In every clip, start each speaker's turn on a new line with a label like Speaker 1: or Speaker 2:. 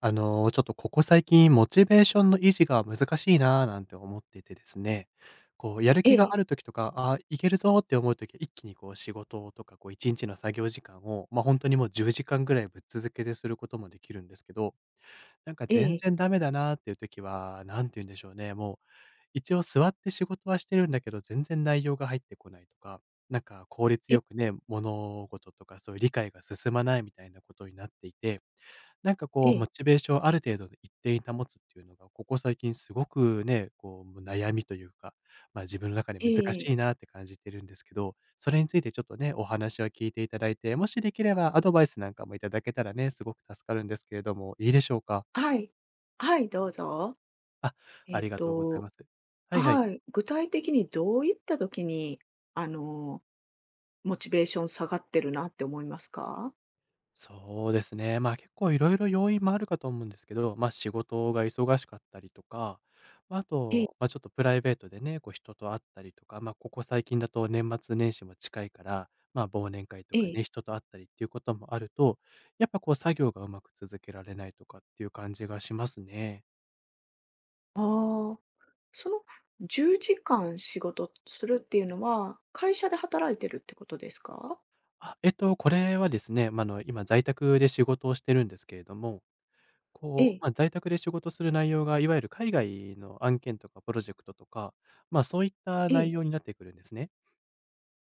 Speaker 1: ちょっとここ最近モチベーションの維持が難しいなぁなんて思っててですね、こうやる
Speaker 2: え
Speaker 1: 気が
Speaker 2: え、
Speaker 1: ある時とか、いけるぞって思う時は一気にこう仕事とかこう1日の作業時間を、本当にもう10時間ぐらいぶっ続けですることもできるんですけど、なんか
Speaker 2: え
Speaker 1: 全
Speaker 2: え、
Speaker 1: 然ダメだなーっていう時は、なんて言うんでしょうね、もう一応座って仕事はしてるんだけど、全然内容が入ってこないとか、なんか効率
Speaker 2: ええ
Speaker 1: よくね、物事とかそういう理解が進まないみたいなことになっていて、なんか
Speaker 2: え
Speaker 1: こう、モ
Speaker 2: え、
Speaker 1: チベーションをある程度一定に保つっていうのが、ここ最近すごくね、こう悩みというか、まあ、自分の中で
Speaker 2: え
Speaker 1: 難
Speaker 2: え、
Speaker 1: しいなって感じてるんですけど、それについてちょっとね、お話を聞いていただいて、もしできればアドバイスなんかもいただけたらね、すごく助かるんですけれども、いいでしょうか？
Speaker 2: はい。はい、どうぞ。
Speaker 1: あ、あ
Speaker 2: えっ
Speaker 1: りがとうござい
Speaker 2: と、
Speaker 1: ます。はいはい。
Speaker 2: はい、具体的にどういった時に、あの、モチベーション下がってるなって思いますか？
Speaker 1: そうですね。まあ、結構いろいろ要因もあるかと思うんですけど、まあ、仕事が忙しかったりとか、まあ、あ
Speaker 2: ええ、
Speaker 1: と、まあ、ちょっとプライベートでね、こう人と会ったりとか、まあ、ここ最近だと年末年始も近いから、まあ、忘年会と
Speaker 2: え
Speaker 1: かね、
Speaker 2: え。
Speaker 1: 人と会ったりっていうこともあると、やっぱこう作業がうまく続けられないとかっていう感じがしますね。
Speaker 2: ああ、その10時間仕事するっていうのは、会社で働いてるってことですか？
Speaker 1: あ、これはですね、まあ、今在宅で仕事をしてるんですけれども、
Speaker 2: え
Speaker 1: こう、
Speaker 2: え、
Speaker 1: まあ、在宅で仕事する内容が、いわゆる海外の案件とかプロジェクトとか、まあ、そういった
Speaker 2: え
Speaker 1: 内容
Speaker 2: え。
Speaker 1: になってくるんですね。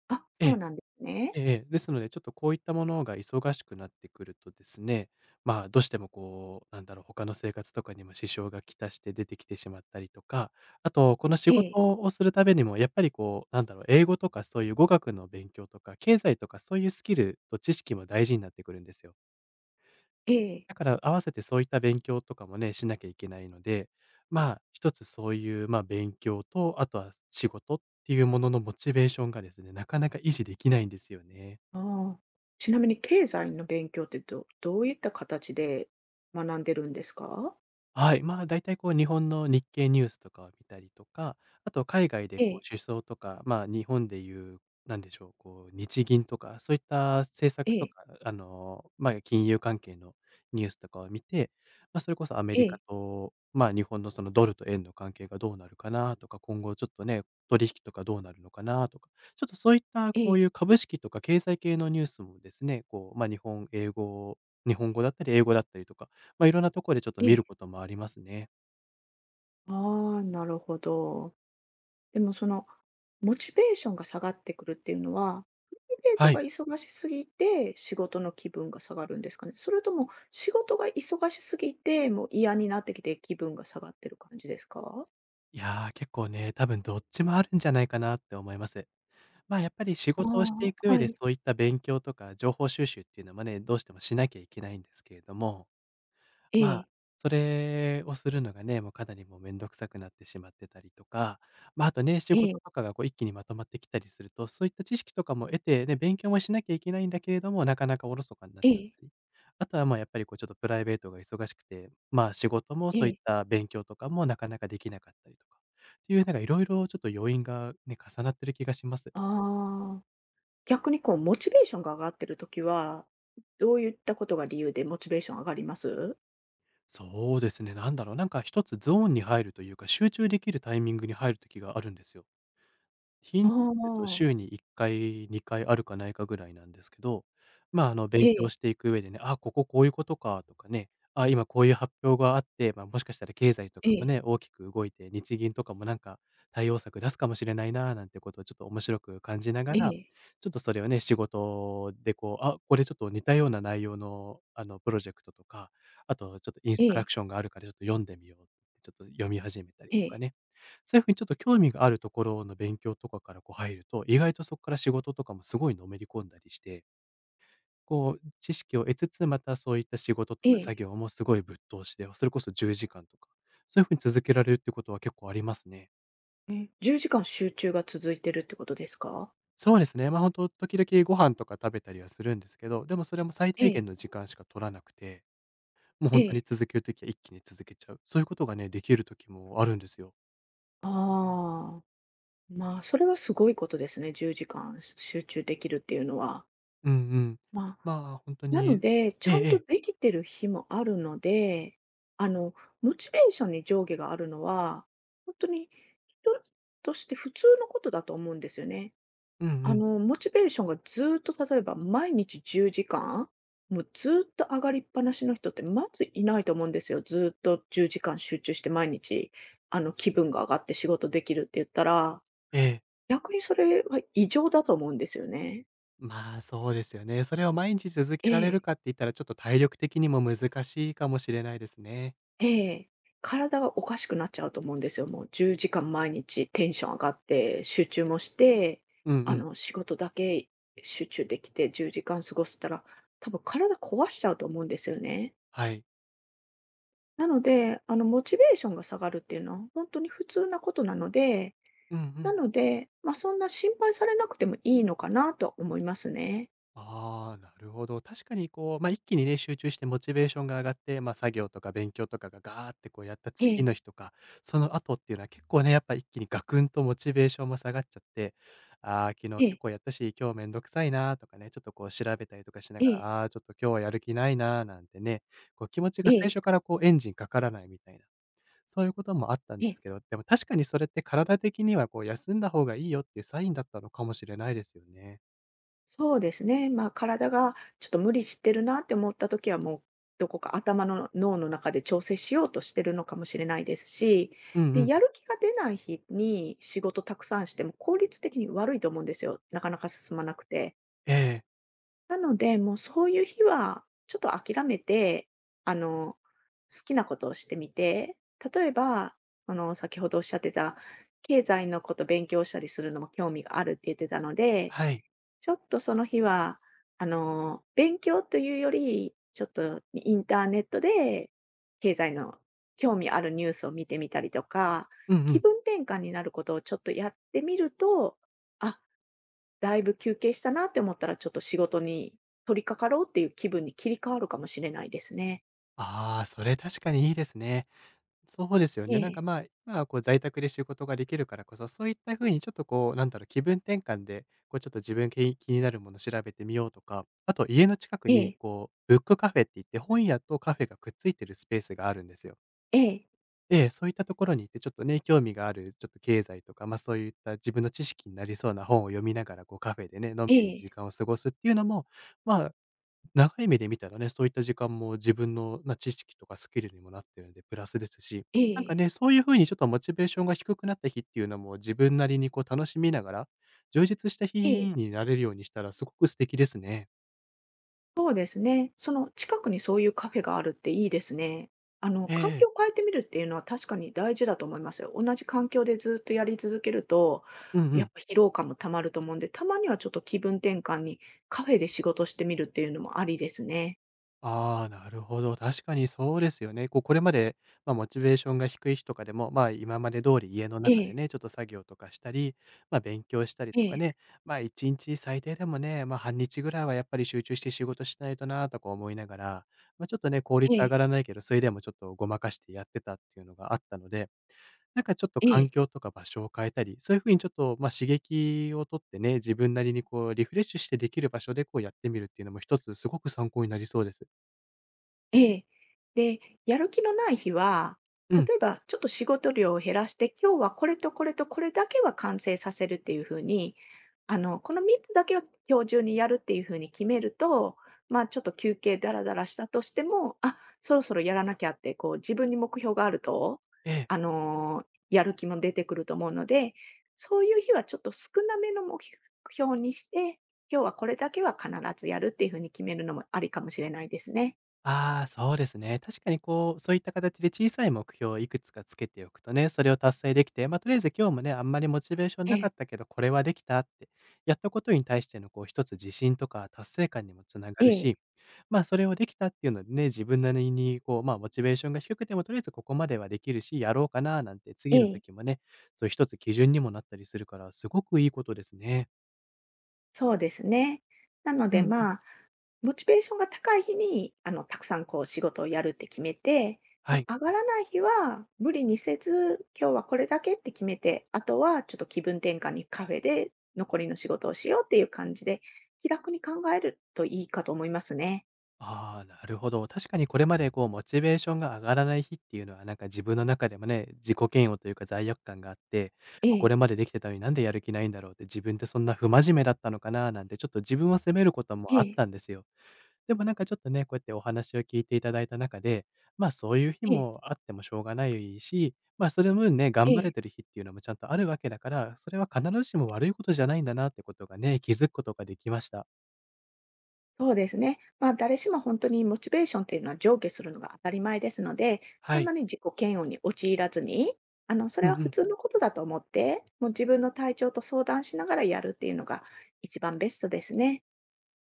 Speaker 2: あ、
Speaker 1: え
Speaker 2: そう
Speaker 1: え、
Speaker 2: なんですね。
Speaker 1: ええええ。ですので、ちょっとこういったものが忙しくなってくるとですね、まあ、どうしてもこう、なんだろう、他の生活とかにも支障がきたして出てきてしまったりとか、あと、この仕
Speaker 2: え
Speaker 1: 事
Speaker 2: え、
Speaker 1: をするためにも、やっぱりこう、なんだろう、英語とかそういう語学の勉強とか、経済とかそういうスキルと知識も大事になってくるんですよ。
Speaker 2: ええ。
Speaker 1: だから合わせてそういった勉強とかもね、しなきゃいけないので、まあ、一つそういう、まあ、勉強と、あとは仕事っていうもののモチベーションがですね、なかなか維持できないんですよね。
Speaker 2: ああ。ちなみに経済の勉強ってういった形で学んでるんですか？
Speaker 1: はい、まあ、大体こう日本の日経ニュースとかを見たりとか、あと海外で
Speaker 2: え
Speaker 1: こう
Speaker 2: え、
Speaker 1: 首相とか、まあ、日本でいう、なんでしょう、こう日銀とか、そういった政
Speaker 2: え
Speaker 1: 策と
Speaker 2: え、
Speaker 1: か、まあ、金融関係のニュースとかを見て、まあ、それこそアメ
Speaker 2: え
Speaker 1: リカ
Speaker 2: え、
Speaker 1: と、まあ、日本のそのドルと円の関係がどうなるかなとか、今後ちょっとね、取引とかどうなるのかなとか、ちょっとそういった
Speaker 2: え
Speaker 1: こ
Speaker 2: え、
Speaker 1: ういう株式とか経済系のニュースもですね、こう、まあ、日本、英語、日本語だったり英語だったりとか、まあ、いろんなところでちょっと
Speaker 2: え
Speaker 1: 見
Speaker 2: え。
Speaker 1: ることもありますね。
Speaker 2: ああ、なるほど。でもその、モチベーションが下がってくるっていうのは、プライベー
Speaker 1: は
Speaker 2: トが
Speaker 1: い。
Speaker 2: 忙しすぎて、仕事の気分が下がるんですかね？それとも仕事が忙しすぎて、もう嫌になってきて気分が下がってる感じですか？
Speaker 1: いやー、結構ね、多分どっちもあるんじゃないかなって思います。やっぱり仕
Speaker 2: あ
Speaker 1: 事をしていく
Speaker 2: あ、
Speaker 1: 上
Speaker 2: は
Speaker 1: で
Speaker 2: い。
Speaker 1: そういった勉強とか情報収集っていうのもね、どうしてもしなきゃいけないんですけれども、
Speaker 2: え
Speaker 1: まあ、
Speaker 2: え、
Speaker 1: それをするのがね、もうかなりもうめんどくさくなってしまってたりとか、まあ、あとね、仕
Speaker 2: え
Speaker 1: 事と
Speaker 2: え、
Speaker 1: かがこう一気にまとまってきたりすると、そういった知識とかも得てね、勉強もしなきゃいけないんだけれども、なかなかおろそかになっ
Speaker 2: え
Speaker 1: ちゃった
Speaker 2: え、
Speaker 1: り。あとはまあやっぱりこうちょっとプライベートが忙しくて、まあ仕事も
Speaker 2: え
Speaker 1: そういっ
Speaker 2: え。
Speaker 1: た勉強とかもなかなかできなかったりとか。っていうなんかいろいろちょっと要因がね、重なってる気がします。
Speaker 2: ああ。逆にこう、モチベーションが上がってる時は、どういったことが理由でモチベーション上がります？
Speaker 1: そうですね、なんだろう、なんか一つゾーンに入るというか、集中できるタイミングに入る時があるんですよ。頻
Speaker 2: あ
Speaker 1: 度でいうと
Speaker 2: あ。
Speaker 1: 週に1回、2回あるかないかぐらいなんですけど、まあ、勉
Speaker 2: え
Speaker 1: 強
Speaker 2: え、
Speaker 1: していく上でね、あ、こここういうことかとかね、あ、今こういう発表があって、まあ、もしかしたら経済と
Speaker 2: え
Speaker 1: かも
Speaker 2: え、
Speaker 1: ね、大きく動いて、日銀とかもなんか対応策出すかもしれないななんてことをちょっと面白く感じなが
Speaker 2: え
Speaker 1: ら、
Speaker 2: え、
Speaker 1: ちょっとそれをね、仕事でこう、あ、これちょっと似たような内容の、プロジェクトとか、あとちょっとイン
Speaker 2: え
Speaker 1: ストラ
Speaker 2: え、
Speaker 1: クションがあるからちょっと読んでみようって、ちょっと読み始めたり
Speaker 2: え
Speaker 1: とか
Speaker 2: え、
Speaker 1: ね。そういうふうにちょっと興味があるところの勉強とかからこう入ると、意外とそこから仕事とかもすごいのめり込んだりして、こう知識を得つつ、またそういった仕事と
Speaker 2: え
Speaker 1: か作
Speaker 2: え。
Speaker 1: 業もすごいぶっ通しで、それこそ10時間とか、そういうふうに続けられるってことは結構ありますね。
Speaker 2: え、10時間集中が続いてるってことですか？
Speaker 1: そうですね、本当時々ご飯とか食べたりはするんですけど、でもそれも最
Speaker 2: え
Speaker 1: 低限
Speaker 2: え、
Speaker 1: の時間しか取らなくて、もう
Speaker 2: え
Speaker 1: 本当に
Speaker 2: え。
Speaker 1: 続けるときは一気に続けちゃう。そういうことがね、できる時もあるんですよ。
Speaker 2: ああ、まあ、それはすごいことですね、10時間集中できるっていうのは。
Speaker 1: うんうん。
Speaker 2: まあ、
Speaker 1: まあ、本当
Speaker 2: なの
Speaker 1: に。
Speaker 2: で、ち
Speaker 1: えええ
Speaker 2: ゃんと
Speaker 1: え。
Speaker 2: できてる日もあるので、あの、モチベーションに上下があるのは、本当にとして普通のことだと思うんですよね。
Speaker 1: うんうん。
Speaker 2: モチベーションがずーっと例えば毎日10時間、もうずーっと上がりっぱなしの人ってまずいないと思うんですよ。ずーっと10時間集中して毎日、気分が上がって仕事できるって言ったら、
Speaker 1: ええ。
Speaker 2: 逆にそれは異常だと思うんですよね。
Speaker 1: まあ、そうですよね。それを毎日続
Speaker 2: え
Speaker 1: けられる
Speaker 2: え
Speaker 1: かって言ったら、ちょっと体力的にも難しいかもしれないですね。
Speaker 2: ええ。体がおかしくなっちゃうと思うんですよ。もう10時間毎日テンション上がって、集中もして、
Speaker 1: うんうん。
Speaker 2: 仕事だけ集中できて10時間過ごしたら、多分体壊しちゃうと思うんですよね。
Speaker 1: はい。
Speaker 2: なので、モチベーションが下がるっていうのは本当に普通なことなので、
Speaker 1: うんう
Speaker 2: な
Speaker 1: ん。
Speaker 2: ので、ま、そんな心配されなくてもいいのかなとは思いますね。
Speaker 1: ああ、なるほど。確かにこう、ま、一気にね、集中してモチベーションが上がって、作業とか勉強とかがガーってこうやった
Speaker 2: え
Speaker 1: 次
Speaker 2: え、
Speaker 1: の日とか、その後っていうのは結構ね、やっぱ一気にガクンとモチベーションも下がっちゃって、ああ、昨日
Speaker 2: え
Speaker 1: 結
Speaker 2: え、
Speaker 1: 構やったし、今日めんどくさいなとかね、ちょっとこう調べたりとかしな
Speaker 2: え
Speaker 1: がら、
Speaker 2: え、
Speaker 1: ああ、ちょっと今日はやる気ないななんてね、こう気持ちが
Speaker 2: ええ、
Speaker 1: 最
Speaker 2: え
Speaker 1: 初からこうエンジンかからないみたいな、そういうこともあったんで
Speaker 2: え。
Speaker 1: すけど、でも確かにそれって体的にはこう休んだ方がいいよっていうサインだったのかもしれないですよね。
Speaker 2: そうですね。まあ、体がちょっと無理してるなって思った時は、もうどこか頭の脳の中で調整しようとしてるのかもしれないですし、
Speaker 1: うんう
Speaker 2: で、
Speaker 1: ん。
Speaker 2: やる気が出ない日に仕事たくさんしても効率的に悪いと思うんですよ。なかなか進まなくて。
Speaker 1: ええ、
Speaker 2: なので、もうそういう日はちょっと諦めて、あの、好きなことをしてみて、例えば、先ほどおっしゃってた、経済のこと勉強したりするのも興味があるって言ってたので、
Speaker 1: はい。
Speaker 2: ちょっとその日は、勉強というより、ちょっとインターネットで経済の興味あるニュースを見てみたりとか、
Speaker 1: うんう
Speaker 2: 気
Speaker 1: ん。
Speaker 2: 分転換になることをちょっとやってみると、あ、だいぶ休憩したなって思ったら、ちょっと仕事に取り掛かろうっていう気分に切り替わるかもしれないですね。
Speaker 1: ああ、それ確かにいいですね。そうですよ
Speaker 2: え
Speaker 1: ね。なんか
Speaker 2: え、
Speaker 1: まあ、今はこう在宅で仕事ができるからこそ、そういった風にちょっとこう、なんだろう、気分転換で、こうちょっと自分気になるもの調べてみようとか、あと家の近く
Speaker 2: え
Speaker 1: に
Speaker 2: え、
Speaker 1: こう、ブックカフェって言って本屋とカフェがくっついてるスペースがあるんですよ。
Speaker 2: ええ、
Speaker 1: ええ、そういったところに行ってちょっとね、興味があるちょっと経済とか、そういった自分の知識になりそうな本を読みながら、こうカフェでね、のん
Speaker 2: え
Speaker 1: びり時
Speaker 2: え、
Speaker 1: 間を過ごすっていうのも、まあ、長い目で見たらね、そういった時間も自分の、な知識とかスキルにもなってるのでプラスですし、
Speaker 2: え
Speaker 1: なんか
Speaker 2: え、
Speaker 1: ね、そういう風にちょっとモチベーションが低くなった日っていうのも、自分なりにこう楽しみながら、充実した日
Speaker 2: ええ。
Speaker 1: になれるようにしたらすごく素敵ですね。
Speaker 2: そうですね。その近くにそういうカフェがあるっていいですね。
Speaker 1: え
Speaker 2: 環
Speaker 1: え。
Speaker 2: 境を変えてみるっていうのは確かに大事だと思いますよ。同じ環境でずっとやり続けると、
Speaker 1: うんう
Speaker 2: やっ
Speaker 1: ん。
Speaker 2: ぱ疲労感もたまると思うんで、たまにはちょっと気分転換にカフェで仕事してみるっていうのもありですね。
Speaker 1: ああ、なるほど。確かにそうですよね。こう、これまで、モチベーションが低い日とかでも、今まで通り家の
Speaker 2: え
Speaker 1: 中で
Speaker 2: え、
Speaker 1: ね、ちょっと作業とかしたり、勉強したり
Speaker 2: え
Speaker 1: とか
Speaker 2: え、
Speaker 1: ね、1日最低でもね、半日ぐらいはやっぱり集中して仕事しないとなとか思いながら、ちょっとね、効
Speaker 2: え
Speaker 1: 率上
Speaker 2: え、
Speaker 1: がらないけど、それでもちょっとごまかしてやってたっていうのがあったので、なんかちょっと環
Speaker 2: ええ。
Speaker 1: 境とか場所を変えたり、そういう風にちょっと、刺激を取ってね、自分なりにこうリフレッシュしてできる場所でこうやってみるっていうのも一つすごく参考になりそうです。
Speaker 2: ええ。で、やる気のない日は、
Speaker 1: うん。
Speaker 2: 例えばちょっと仕事量を減らして、今日はこれとこれとこれだけは完成させるっていう風に、この3つだけは今日中にやるっていう風に決めると、まあ、ちょっと休憩ダラダラしたとしても、あ、そろそろやらなきゃって、こう自分に目標があると、
Speaker 1: ええ。
Speaker 2: あの、やる気も出てくると思うので、そういう日はちょっと少なめの目標にして、今日はこれだけは必ずやるっていう風に決めるのもありかもしれないですね。
Speaker 1: ああ、そうですね。確かにこう、そういった形で小さい目標をいくつかつけておくとね、それを達成できて、とりあえず今日もね、あんまりモチベーション
Speaker 2: え
Speaker 1: なか
Speaker 2: え。
Speaker 1: ったけど、これはできたって、やったことに対してのこう一つ自信とか達成感にもつなが
Speaker 2: え
Speaker 1: る
Speaker 2: え、
Speaker 1: し、それをできたっていうのでね、自分なりにこう、モチベーションが低くてもとりあえずここまではできるし、やろうかななんて
Speaker 2: え
Speaker 1: 次の
Speaker 2: え、
Speaker 1: 時もね、そういう一つ基準にもなったりするから、すごくいいことですね。
Speaker 2: そうですね。なの
Speaker 1: う
Speaker 2: で、
Speaker 1: んうん。
Speaker 2: まあ、モチベーションが高い日に、たくさんこう仕事をやるって決めて、
Speaker 1: は
Speaker 2: ま
Speaker 1: い。
Speaker 2: あ、上がらない日は無理にせず、今日はこれだけって決めて、あとはちょっと気分転換にカフェで残りの仕事をしようっていう感じで、気楽に考えるといいかと思いますね。
Speaker 1: ああ、なるほど。確かにこれまでこうモチベーションが上がらない日っていうのはなんか自分の中でもね、自己嫌悪というか罪悪感があって、
Speaker 2: え
Speaker 1: こ
Speaker 2: え、
Speaker 1: れまでできてたのになんでやる気ないんだろうって、自分ってそんな不真面目だったのかななんてちょっと自分を責めること
Speaker 2: え
Speaker 1: もあっ
Speaker 2: え、
Speaker 1: たんですよ。でもなんかちょっとね、こうやってお話を聞いていただいた中で、まあそういう日
Speaker 2: ええ、
Speaker 1: もあってもしょうがないし、まあそれの分ね、
Speaker 2: え
Speaker 1: 頑張れ
Speaker 2: え。
Speaker 1: てる日っていうのもちゃんとあるわけだから、それは必ずしも悪いことじゃないんだなってことがね、気づくことができました。
Speaker 2: そうですね。まあ、誰しも本当にモチベーションっていうのは上下するのが当たり前ですので、そ
Speaker 1: は
Speaker 2: んな
Speaker 1: い。
Speaker 2: に自己嫌悪に陥らずに、それ
Speaker 1: う
Speaker 2: は
Speaker 1: んう
Speaker 2: 普
Speaker 1: ん。
Speaker 2: 通のことだと思って、もう自分の体調と相談しながらやるっていうのが一番ベストですね。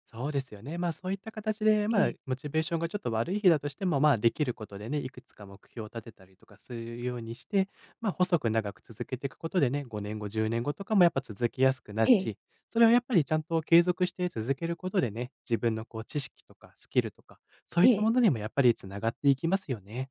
Speaker 1: そうですよね。そういった形で、
Speaker 2: ええ、
Speaker 1: モチベーションがちょっと悪い日だとしても、できることでね、いくつか目標を立てたりとかするようにして、細く長く続けていくことでね、5年後、10年後とかもやっぱ続きやすくな
Speaker 2: え
Speaker 1: る
Speaker 2: え、
Speaker 1: し、それをやっぱりちゃんと継続して続けることでね、自分のこう、知識とかスキルとか、そうい
Speaker 2: え
Speaker 1: ったも
Speaker 2: え。
Speaker 1: のにもやっぱりつながっていきますよね。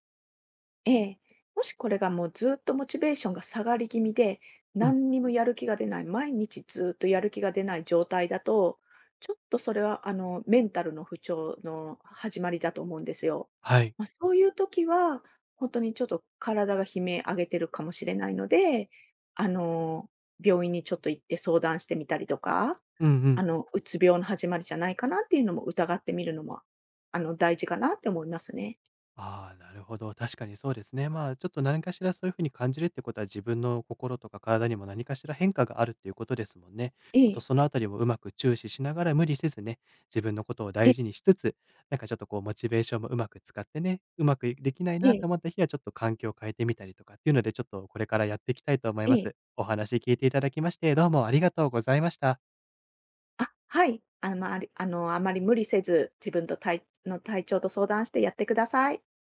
Speaker 2: ええ、もしこれがもうずっとモチベーションが下がり気味で、
Speaker 1: うん。
Speaker 2: 何にもやる気が出ない、毎日ずっとやる気が出ない状態だと、ちょっとそれはあのメンタルの不調の始まりだと思うんですよ。
Speaker 1: はい。
Speaker 2: まあ、そういう時は、本当にちょっと体が悲鳴上げてるかもしれないので、あの、病院にちょっと行って相談してみたりとか、
Speaker 1: うんうん。
Speaker 2: うつ病の始まりじゃないかなっていうのも疑ってみるのも、大事かなって思いますね。
Speaker 1: ああ、なるほど。確かにそうですね。ちょっと何かしらそういう風に感じるってことは、自分の心とか体にも何かしら変化があるっていうことですもんね。
Speaker 2: え
Speaker 1: あと
Speaker 2: え、
Speaker 1: そのあたりもうまく注視しながら無理せずね、自分のことを
Speaker 2: ええ、
Speaker 1: 大事にしつつ、なんかちょっとこうモチベーションもうまく使ってね、うまくできないな
Speaker 2: ええ、
Speaker 1: と思った日はちょっと環境を変えてみたりとかっていうので、ちょっとこれからやっていきたいと思い
Speaker 2: え
Speaker 1: ま
Speaker 2: え。
Speaker 1: す。お話聞いていただきまして、どうもありがとうございました。
Speaker 2: あ、はい。あまりあまり無理せず、自分と体の体調と相談してやってください。